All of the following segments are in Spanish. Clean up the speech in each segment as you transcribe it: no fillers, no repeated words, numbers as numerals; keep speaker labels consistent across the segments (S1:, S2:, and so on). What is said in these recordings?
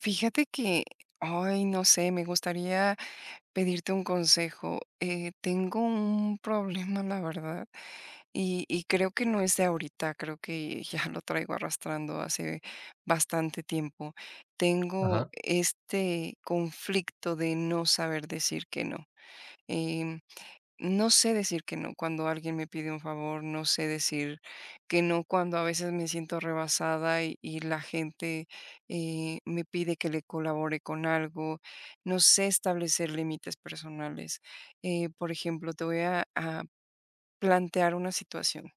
S1: Fíjate que, ay, no sé, me gustaría pedirte un consejo. Tengo un problema, la verdad, y creo que no es de ahorita, creo que ya lo traigo arrastrando hace bastante tiempo. Tengo
S2: Ajá,
S1: este conflicto de no saber decir que no. em, no sé decir que no cuando alguien me pide un favor, no sé decir que no cuando a veces me siento rebasada y la gente me pide que le colabore con algo. No sé establecer límites personales. Por ejemplo, te voy a plantear una situación.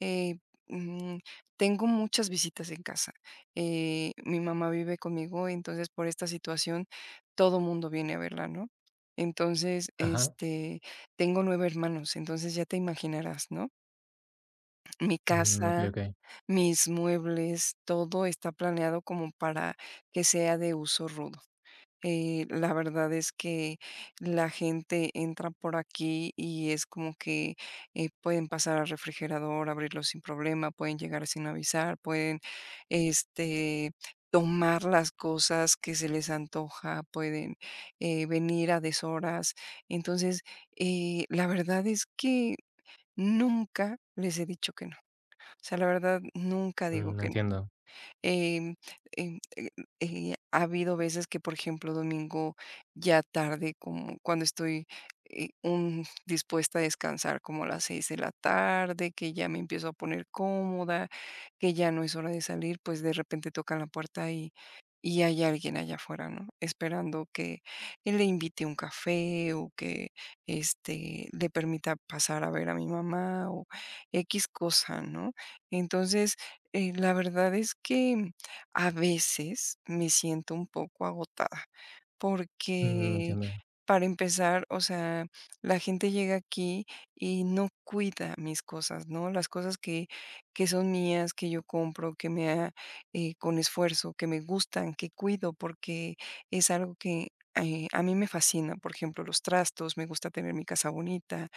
S1: Eh, mm, Tengo muchas visitas en casa. Mi mamá vive conmigo, entonces por esta situación todo mundo viene a verla, ¿no? Entonces,
S2: ajá.
S1: tengo 9 hermanos, entonces ya te imaginarás, ¿no? Mi
S2: Mm, okey,
S1: casa,
S2: okey.
S1: mis muebles, todo está planeado como para que sea de uso rudo. La verdad es que la gente entra por aquí y es como que pueden pasar al refrigerador, abrirlo sin problema, pueden llegar sin avisar, pueden este, tomar las cosas que se les antoja, pueden venir a deshoras. Entonces, la verdad es que nunca les he dicho que no. O sea, la verdad, nunca digo
S2: Mm,
S1: que no.
S2: entiendo.
S1: Em, em, eh, Ha habido veces que, por ejemplo, domingo ya tarde, como cuando estoy, un dispuesta a descansar como a las 6 de la tarde, que ya me empiezo a poner cómoda, que ya no es hora de salir, pues, de repente tocan la puerta y hay alguien allá afuera, ¿no? Esperando que le invite un café o que, le permita pasar a ver a mi mamá o x cosa, ¿no? Entonces, la verdad es que a veces me siento un poco agotada,
S2: Mm,
S1: porque
S2: entiendo.
S1: para empezar, o sea, la gente llega aquí y no cuida mis cosas, ¿no? Las cosas que son mías, que yo compro, que me ha, con esfuerzo, que me gustan, que cuido, porque es algo que a mí me fascina. Por ejemplo, los trastos, me gusta tener mi casa bonita,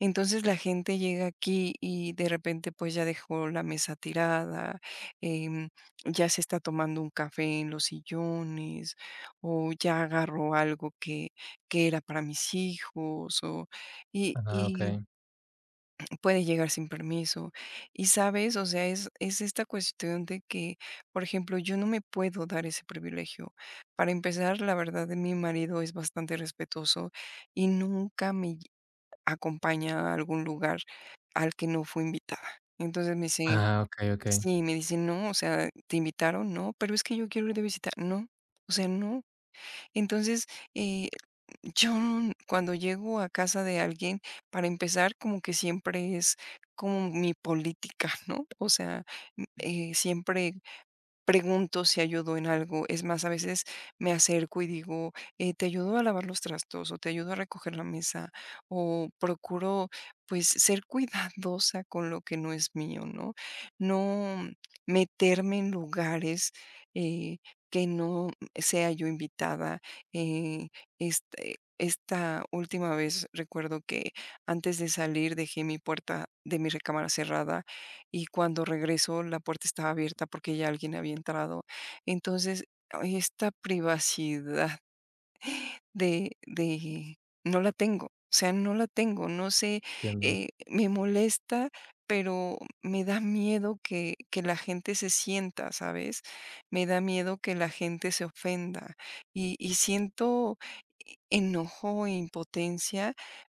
S1: entonces la gente llega aquí y de repente pues ya dejó la mesa tirada, em, ya se está tomando un café en los sillones o ya agarró algo que era para mis hijos o, y,
S2: Ah,
S1: y
S2: okey.
S1: puede llegar sin permiso. Y sabes, o sea, es esta cuestión de que, por ejemplo, yo no me puedo dar ese privilegio. Para empezar, la verdad, mi marido es bastante respetuoso y nunca me acompaña a algún lugar al que no fue invitada. Entonces me dice
S2: Ah, okey, okey.
S1: sí, me dice: "No, o sea, ¿te invitaron? No, pero es que yo quiero ir de visita". No, o sea, no. Entonces, eh, yo no- cuando llego a casa de alguien, para empezar, como que siempre es como mi política, ¿no? O sea, siempre pregunto si ayudó en algo. Es más, a veces me acerco y digo, te ayudo a lavar los trastos o te ayudo a recoger la mesa o procuro pues ser cuidadosa con lo que no es mío, ¿no? No meterme en lugares eh, que no sea yo invitada. eh, Esta última vez recuerdo que antes de salir dejé mi puerta de mi recámara cerrada y cuando regreso la puerta estaba abierta porque ya alguien había entrado. Entonces, ay, esta privacidad de no la tengo, o sea, no la tengo, no sé,
S2: Entiendo.
S1: me molesta, pero me da miedo que la gente se sienta, ¿sabes? Me da miedo que la gente se ofenda y siento enojo e impotencia,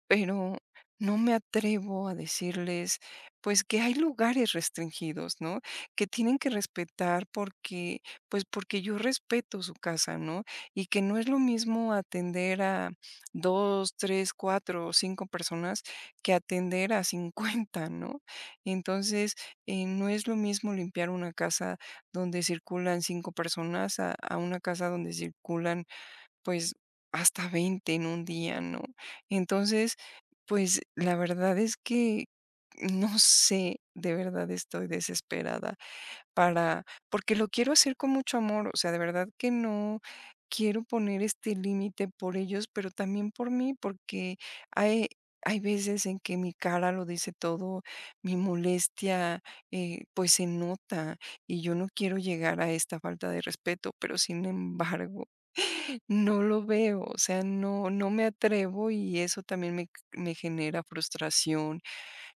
S1: pero no me atrevo a decirles, pues, que hay lugares restringidos, ¿no? Que tienen que respetar porque, pues, porque yo respeto su casa, ¿no? Y que no es lo mismo atender a dos, tres, 4 o 5 personas que atender a 50, ¿no? Entonces, no es lo mismo limpiar una casa donde circulan 5 personas a una casa donde circulan, pues, hasta 20 en un día, ¿no? Entonces, pues, la verdad es que no sé, de verdad estoy desesperada para porque lo quiero hacer con mucho amor, o sea, de verdad que no quiero poner este límite por ellos, pero también por mí, porque hay hay veces en que mi cara lo dice todo, mi molestia, pues, se nota, y yo no quiero llegar a esta falta de respeto, pero sin embargo no lo veo, o sea, no, no me atrevo y eso también me genera frustración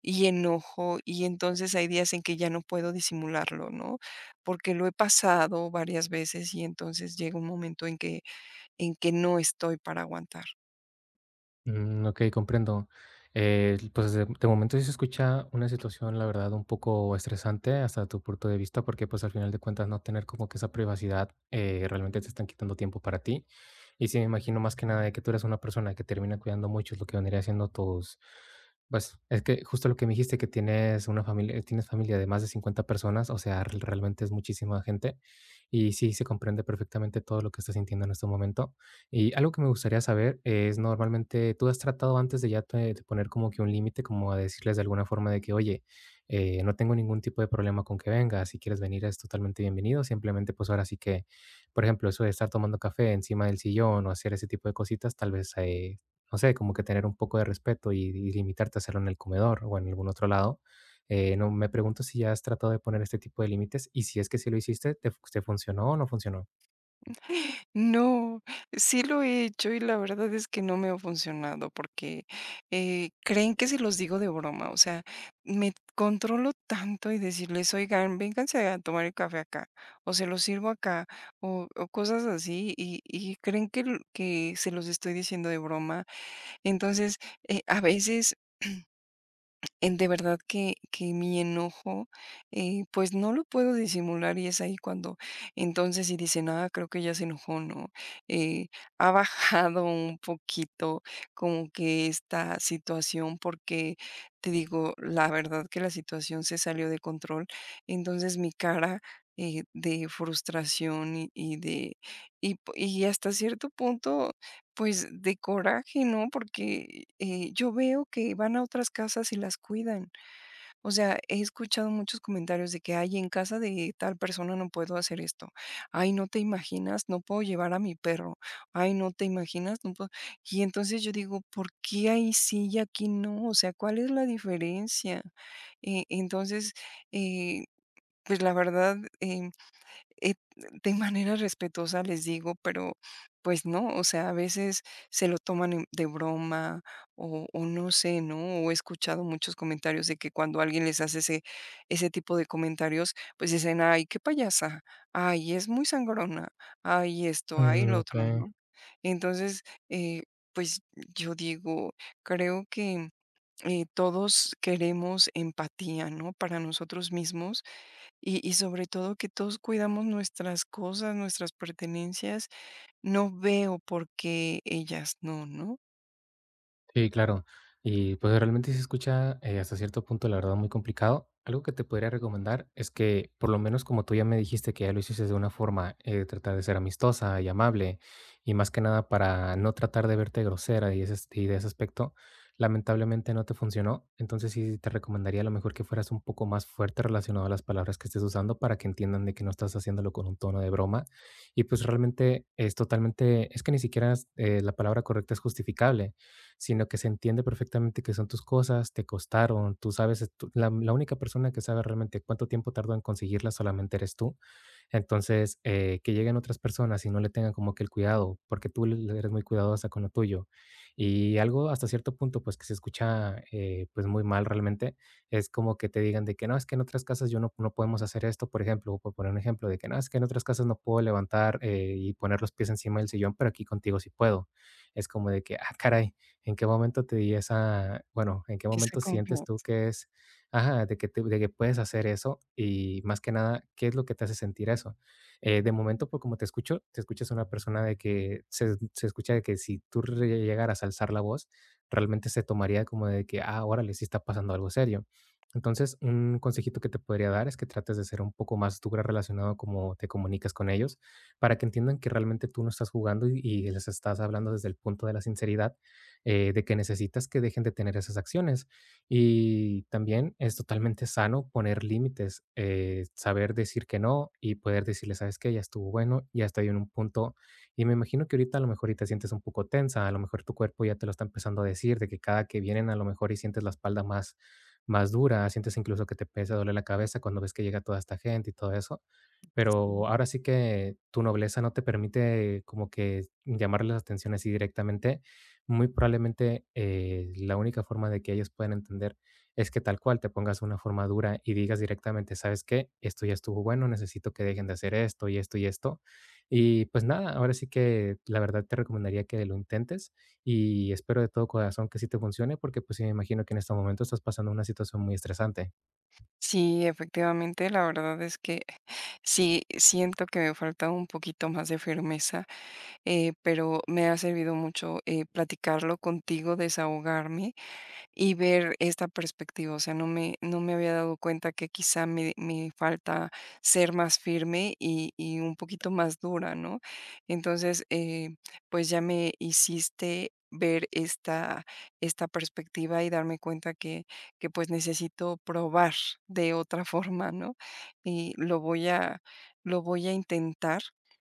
S1: y enojo, y entonces hay días en que ya no puedo disimularlo, ¿no? Porque lo he pasado varias veces y entonces llega un momento en que no estoy para aguantar.
S2: Mm, okey, comprendo. Pues, de momento sí se escucha una situación, la verdad, un poco estresante hasta tu punto de vista, porque, pues, al final de cuentas, no tener como que esa privacidad, realmente te están quitando tiempo para ti. Y sí, me imagino más que nada de que tú eres una persona que termina cuidando mucho lo que vendría haciendo tus pues, es que justo lo que me dijiste que tienes una familia tienes familia de más de 50 personas, o sea, realmente es muchísima gente. Y sí, se comprende perfectamente todo lo que estás sintiendo en este momento. Y algo que me gustaría saber es, normalmente, ¿tú has tratado antes de ya te de poner como que un límite, como a decirles de alguna forma de que: "Oye, no tengo ningún tipo de problema con que vengas, si quieres venir es totalmente bienvenido, simplemente, pues, ahora sí que", por ejemplo, eso de estar tomando café encima del sillón o hacer ese tipo de cositas, tal vez, no sé, como que tener un poco de respeto y limitarte a hacerlo en el comedor o en algún otro lado. No, me pregunto si ya has tratado de poner este tipo de límites y si es que sí lo hiciste, te funcionó o no funcionó?
S1: No, sí lo he hecho y la verdad es que no me ha funcionado porque creen que se los digo de broma, o sea, me controlo tanto y decirles, oigan, vénganse a tomar el café acá, o se los sirvo acá, o cosas así, y creen que se los estoy diciendo de broma. Entonces, a veces en de verdad que mi enojo, pues, no lo puedo disimular, y es ahí cuando entonces si dicen: "Ah, creo que ya se enojó", ¿no? Eh, Ha bajado un poquito como que esta situación, porque te digo, la verdad que la situación se salió de control, entonces mi cara, de frustración y de y hasta cierto punto, pues, de coraje, ¿no? Porque, yo veo que van a otras casas y las cuidan. O sea, he escuchado muchos comentarios de que: "Ay, en casa de tal persona no puedo hacer esto. Ay, no te imaginas, no puedo llevar a mi perro. Ay, no te imaginas, no puedo". Y entonces yo digo: "¿Por qué ahí sí y aquí no? O sea, ¿cuál es la diferencia?". Entonces, eh, pues la verdad, de manera respetuosa les digo, pero pues no, o sea, a veces se lo toman de broma, o no sé, ¿no? O he escuchado muchos comentarios de que cuando alguien les hace ese tipo de comentarios, pues dicen: ay, qué payasa, ay, es muy sangrona, ay, esto, ay,
S2: Mm,
S1: lo otro,
S2: okey.
S1: ¿no? Entonces, eh, pues yo digo, creo que todos queremos empatía, ¿no? Para nosotros mismos y sobre todo que todos cuidamos nuestras cosas, nuestras pertenencias. No veo por qué ellas no, ¿no?
S2: Sí, claro. Y pues realmente sí se escucha, hasta cierto punto, la verdad, muy complicado. Algo que te podría recomendar es que, por lo menos como tú ya me dijiste que ya lo hiciste de una forma, tratar de ser amistosa y amable, y más que nada para no tratar de verte grosera y, ese, y de ese aspecto, lamentablemente no te funcionó. Entonces sí te recomendaría a lo mejor que fueras un poco más fuerte relacionado a las palabras que estés usando para que entiendan de que no estás haciéndolo con un tono de broma. Y pues realmente es totalmente, es que ni siquiera es, la palabra correcta es justificable, sino que se entiende perfectamente que son tus cosas, te costaron, tú sabes, es la, la única persona que sabe realmente cuánto tiempo tardó en conseguirlas solamente eres tú. Entonces, que lleguen otras personas y no le tengan como que el cuidado, porque eres muy cuidadosa con lo tuyo. Y algo hasta cierto punto, pues que se escucha, pues muy mal realmente, es como que te digan de que no, es que en otras casas yo no, no podemos hacer esto, por ejemplo, por poner un ejemplo, de que no, es que en otras casas no puedo levantar, y poner los pies encima del sillón, pero aquí contigo sí puedo. Es como de que, ah, caray, ¿en qué momento te di esa, bueno, en qué
S1: Esa
S2: momento sientes tú
S1: confianza.
S2: que es Ajá, de que puedes hacer eso y más que nada, ¿qué es lo que te hace sentir eso? De momento, por como te escucho, te escuchas una persona de que se escucha de que si tú re llegaras a alzar la voz, realmente se tomaría como de que, ah, órale, sí está pasando algo serio. Entonces, un consejito que te podría dar es que trates de ser un poco más dura relacionado como te comunicas con ellos, para que entiendan que realmente tú no estás jugando y les estás hablando desde el punto de la sinceridad, de que necesitas que dejen de tener esas acciones. Y también es totalmente sano poner límites, saber decir que no y poder decirle, ¿sabes qué? Ya estuvo bueno, ya estoy en un punto. Y me imagino que ahorita a lo mejor y te sientes un poco tensa, a lo mejor tu cuerpo ya te lo está empezando a decir, de que cada que vienen a lo mejor y sientes la espalda más, más dura, sientes incluso que te pesa, duele la cabeza cuando ves que llega toda esta gente y todo eso. Pero ahora sí que tu nobleza no te permite como que llamarles la atención así directamente muy probablemente, la única forma de que ellos puedan entender es que tal cual te pongas una forma dura y digas directamente, ¿sabes qué? Esto ya estuvo bueno, necesito que dejen de hacer esto y esto y esto. Y pues nada, ahora sí que la verdad te recomendaría que lo intentes y espero de todo corazón que sí te funcione porque pues sí me imagino que en este momento estás pasando una situación muy estresante.
S1: Sí, efectivamente, la verdad es que sí siento que me falta un poquito más de firmeza, pero me ha servido mucho, platicarlo contigo, desahogarme. Y ver esta perspectiva. O sea, no me había dado cuenta que quizá me falta ser más firme y un poquito más dura, ¿no? Entonces, pues ya me hiciste ver esta perspectiva y darme cuenta que pues necesito probar de otra forma, ¿no? Y lo voy a intentar.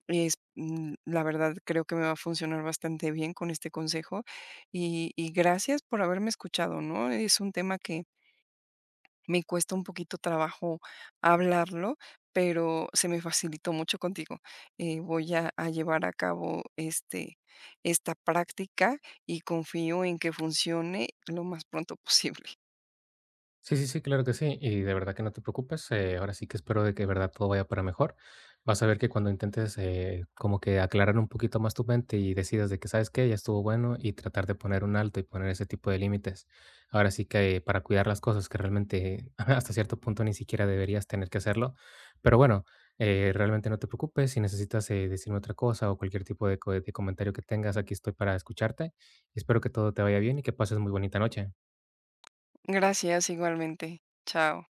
S1: Es, la verdad, creo que me va a funcionar bastante bien con este consejo, y gracias por haberme escuchado, ¿no? Es un tema que me cuesta un poquito trabajo hablarlo, pero se me facilitó mucho contigo. Voy a llevar a cabo, esta práctica y confío en que funcione lo más pronto posible.
S2: Sí, sí, sí, claro que sí. Y de verdad que no te preocupes. Ahora sí que espero de que de verdad todo vaya para mejor. Vas a ver que cuando intentes, como que aclarar un poquito más tu mente y decidas de que sabes que ya estuvo bueno y tratar de poner un alto y poner ese tipo de límites. Ahora sí que, para cuidar las cosas que realmente hasta cierto punto ni siquiera deberías tener que hacerlo. Pero bueno, realmente no te preocupes. Si necesitas, decirme otra cosa o cualquier tipo de, de comentario que tengas, aquí estoy para escucharte. Espero que todo te vaya bien y que pases muy bonita noche.
S1: Gracias, igualmente. Chao.